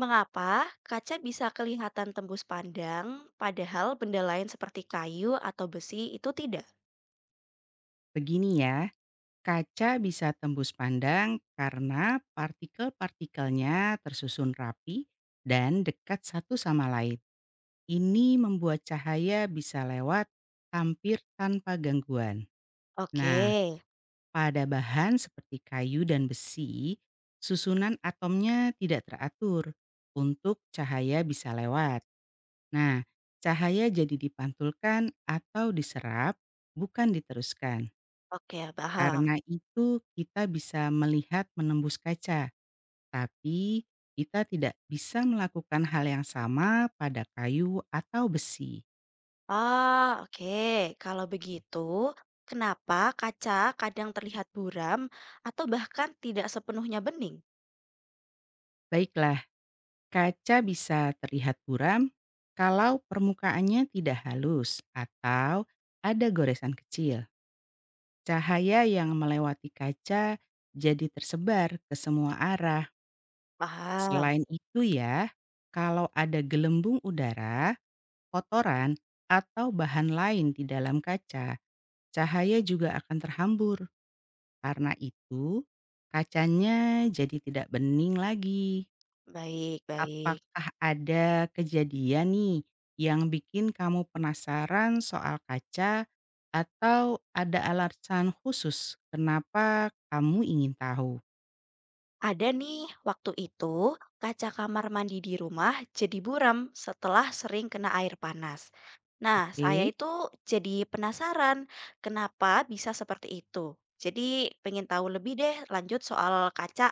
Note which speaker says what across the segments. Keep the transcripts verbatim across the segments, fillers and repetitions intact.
Speaker 1: Mengapa kaca bisa kelihatan tembus pandang, padahal benda lain seperti kayu atau besi itu tidak?
Speaker 2: Begini ya, kaca bisa tembus pandang karena partikel-partikelnya tersusun rapi dan dekat satu sama lain. Ini membuat cahaya bisa lewat hampir tanpa gangguan.
Speaker 1: Oke,
Speaker 2: Nah, pada bahan seperti kayu dan besi, susunan atomnya tidak teratur untuk cahaya bisa lewat. Nah, cahaya jadi dipantulkan atau diserap, bukan diteruskan.
Speaker 1: oke, paham.
Speaker 2: Karena itu kita bisa melihat menembus kaca, tapi kita tidak bisa melakukan hal yang sama pada kayu atau besi.
Speaker 1: Ah, oke. Kalau begitu, kenapa kaca kadang terlihat buram atau bahkan tidak sepenuhnya bening?
Speaker 2: Baiklah, kaca bisa terlihat buram kalau permukaannya tidak halus atau ada goresan kecil. Cahaya yang melewati kaca jadi tersebar ke semua arah.
Speaker 1: Paham.
Speaker 2: Selain itu ya, kalau ada gelembung udara, kotoran, atau bahan lain di dalam kaca, cahaya juga akan terhambur. Karena itu, kacanya jadi tidak bening lagi.
Speaker 1: Baik, baik.
Speaker 2: Apakah ada kejadian nih yang bikin kamu penasaran soal kaca atau ada alasan khusus kenapa kamu ingin tahu?
Speaker 1: Ada nih, waktu itu kaca kamar mandi di rumah jadi buram setelah sering kena air panas. Nah, saya
Speaker 2: Oke.
Speaker 1: itu jadi penasaran kenapa bisa seperti itu. Jadi pengen tahu lebih deh lanjut soal kaca.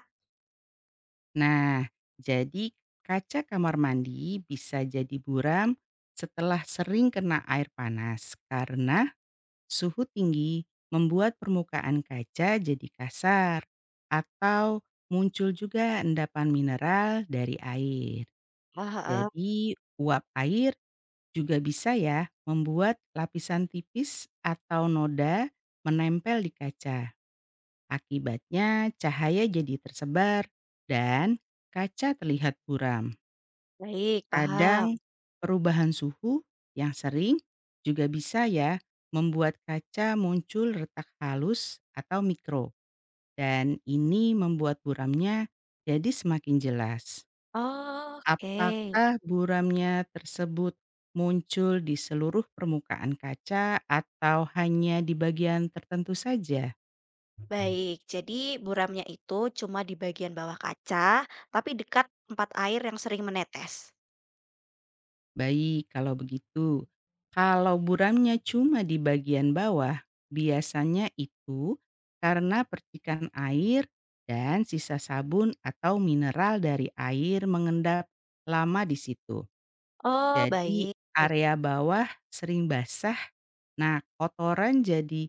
Speaker 2: Nah, jadi kaca kamar mandi bisa jadi buram setelah sering kena air panas karena suhu tinggi membuat permukaan kaca jadi kasar atau muncul juga endapan mineral dari air.
Speaker 1: Ah, ah, ah.
Speaker 2: Jadi uap air juga bisa ya membuat lapisan tipis atau noda menempel di kaca. Akibatnya cahaya jadi tersebar dan kaca terlihat buram.
Speaker 1: Baik,
Speaker 2: Kadang
Speaker 1: paham.
Speaker 2: perubahan suhu yang sering juga bisa ya membuat kaca muncul retak halus atau mikro. Dan ini membuat buramnya jadi semakin jelas.
Speaker 1: Oke,
Speaker 2: Apakah buramnya tersebut muncul di seluruh permukaan kaca atau hanya di bagian tertentu saja?
Speaker 1: baik. Jadi buramnya itu cuma di bagian bawah kaca, tapi dekat tempat air yang sering menetes.
Speaker 2: Baik, kalau begitu. Kalau buramnya cuma di bagian bawah, biasanya itu karena percikan air dan sisa sabun atau mineral dari air mengendap lama di situ.
Speaker 1: Oh,
Speaker 2: Jadi
Speaker 1: baik.
Speaker 2: area bawah sering basah, nah kotoran jadi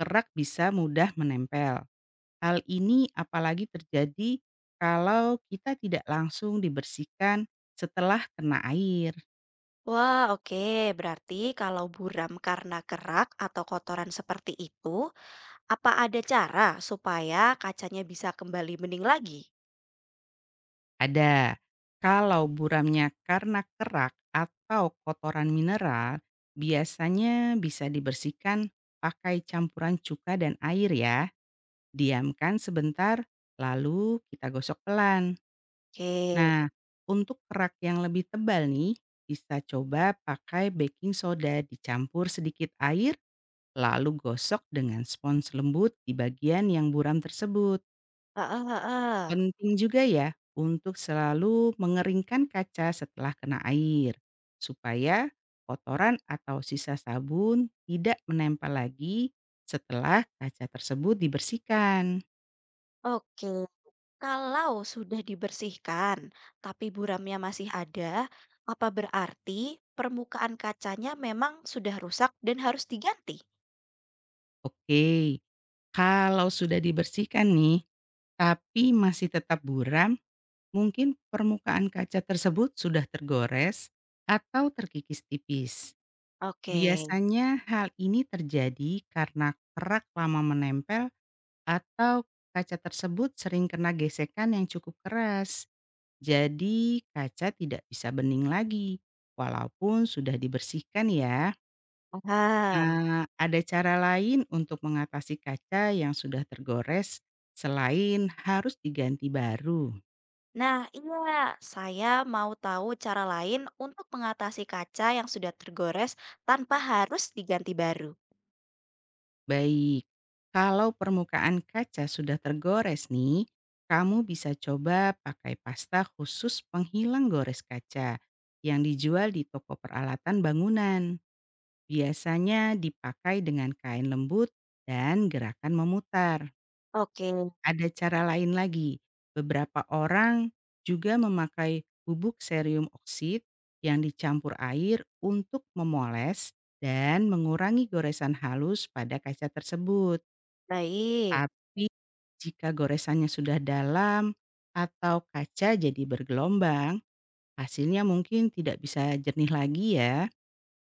Speaker 2: kerak bisa mudah menempel. Hal ini apalagi terjadi kalau kita tidak langsung dibersihkan setelah kena air.
Speaker 1: Wah, oke. Berarti kalau buram karena kerak atau kotoran seperti itu, apa ada cara supaya kacanya bisa kembali bening lagi?
Speaker 2: Ada. Kalau buramnya karena kerak atau kotoran mineral, biasanya bisa dibersihkan pakai campuran cuka dan air ya. Diamkan sebentar, lalu kita gosok pelan.
Speaker 1: Oke.
Speaker 2: Nah, untuk kerak yang lebih tebal nih, bisa coba pakai baking soda dicampur sedikit air, lalu gosok dengan spons lembut di bagian yang buram tersebut.
Speaker 1: Heeh, heeh.
Speaker 2: Penting juga ya untuk selalu mengeringkan kaca setelah kena air, supaya kotoran atau sisa sabun tidak menempel lagi setelah kaca tersebut dibersihkan.
Speaker 1: Oke. Kalau sudah dibersihkan, tapi buramnya masih ada, apa berarti permukaan kacanya memang sudah rusak dan harus diganti?
Speaker 2: Oke, kalau sudah dibersihkan nih, tapi masih tetap buram, mungkin permukaan kaca tersebut sudah tergores atau terkikis tipis.
Speaker 1: Oke.
Speaker 2: Biasanya hal ini terjadi karena kerak lama menempel. Atau kaca tersebut sering kena gesekan yang cukup keras, jadi kaca tidak bisa bening lagi, walaupun sudah dibersihkan ya.
Speaker 1: Paham.
Speaker 2: Nah, ada cara lain untuk mengatasi kaca yang sudah tergores selain harus diganti baru.
Speaker 1: Nah, iya, saya mau tahu cara lain untuk mengatasi kaca yang sudah tergores tanpa harus diganti baru.
Speaker 2: Baik, kalau permukaan kaca sudah tergores nih, kamu bisa coba pakai pasta khusus penghilang gores kaca yang dijual di toko peralatan bangunan. Biasanya dipakai dengan kain lembut dan gerakan memutar.
Speaker 1: Oke,
Speaker 2: Ada cara lain lagi. Beberapa orang juga memakai bubuk serium oksid yang dicampur air untuk memoles dan mengurangi goresan halus pada kaca tersebut.
Speaker 1: baik.
Speaker 2: Tapi jika goresannya sudah dalam atau kaca jadi bergelombang, hasilnya mungkin tidak bisa jernih lagi ya.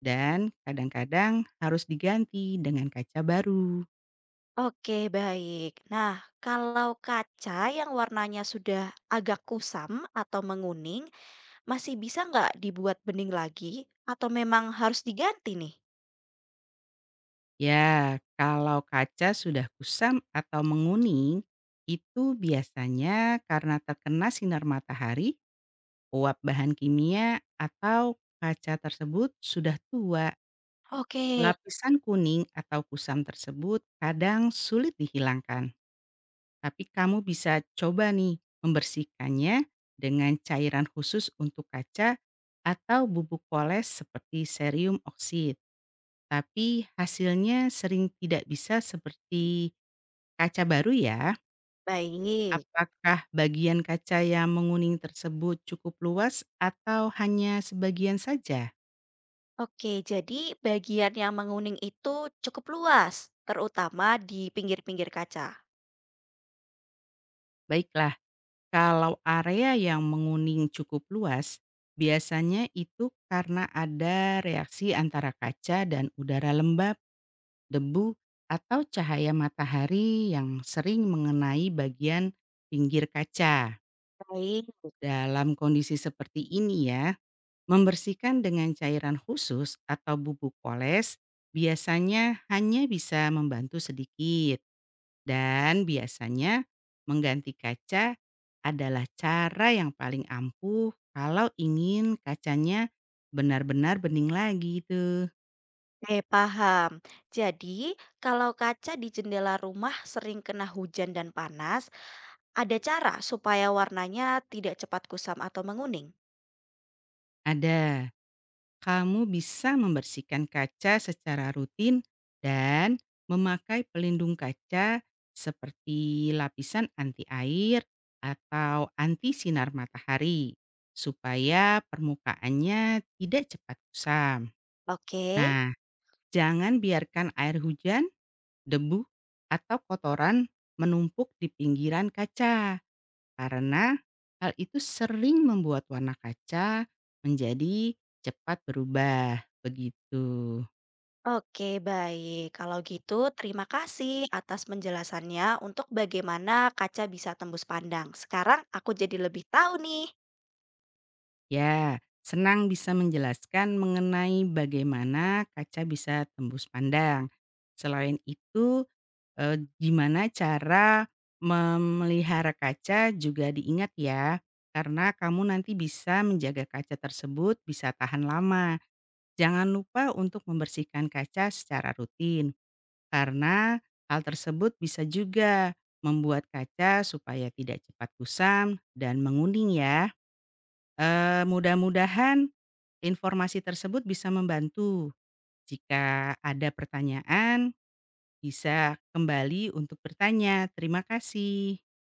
Speaker 2: Dan kadang-kadang harus diganti dengan kaca baru.
Speaker 1: Oke, baik. Nah, kalau kaca yang warnanya sudah agak kusam atau menguning, masih bisa nggak dibuat bening lagi atau memang harus diganti nih?
Speaker 2: Ya, kalau kaca sudah kusam atau menguning, itu biasanya karena terkena sinar matahari, uap bahan kimia, atau kaca tersebut sudah tua.
Speaker 1: Oke,
Speaker 2: Lapisan kuning atau kusam tersebut kadang sulit dihilangkan. Tapi kamu bisa coba nih membersihkannya dengan cairan khusus untuk kaca atau bubuk poles seperti serium oksid. Tapi hasilnya sering tidak bisa seperti kaca baru ya.
Speaker 1: baik.
Speaker 2: Apakah bagian kaca yang menguning tersebut cukup luas atau hanya sebagian saja?
Speaker 1: Oke, jadi bagian yang menguning itu cukup luas, terutama di pinggir-pinggir kaca.
Speaker 2: Baiklah, kalau area yang menguning cukup luas, biasanya itu karena ada reaksi antara kaca dan udara lembab, debu, atau cahaya matahari yang sering mengenai bagian pinggir kaca.
Speaker 1: Baik.
Speaker 2: Dalam kondisi seperti ini ya, membersihkan dengan cairan khusus atau bubuk poles biasanya hanya bisa membantu sedikit dan biasanya mengganti kaca adalah cara yang paling ampuh kalau ingin kacanya benar-benar bening lagi tuh.
Speaker 1: Oke, paham. Jadi, kalau kaca di jendela rumah sering kena hujan dan panas, ada cara supaya warnanya tidak cepat kusam atau menguning.
Speaker 2: Ada. Kamu bisa membersihkan kaca secara rutin dan memakai pelindung kaca seperti lapisan anti air atau anti sinar matahari supaya permukaannya tidak cepat kusam.
Speaker 1: Oke,
Speaker 2: Nah, jangan biarkan air hujan, debu, atau kotoran menumpuk di pinggiran kaca. Karena hal itu sering membuat warna kaca menjadi cepat berubah, begitu.
Speaker 1: oke, baik. Kalau gitu, terima kasih atas penjelasannya untuk bagaimana kaca bisa tembus pandang. Sekarang aku jadi lebih tahu nih.
Speaker 2: Ya, senang bisa menjelaskan mengenai bagaimana kaca bisa tembus pandang. Selain itu, eh, gimana cara memelihara kaca juga diingat ya, karena kamu nanti bisa menjaga kaca tersebut bisa tahan lama. Jangan lupa untuk membersihkan kaca secara rutin. Karena hal tersebut bisa juga membuat kaca supaya tidak cepat kusam dan menguning ya. Eee, mudah-mudahan informasi tersebut bisa membantu. Jika ada pertanyaan bisa kembali untuk bertanya. Terima kasih.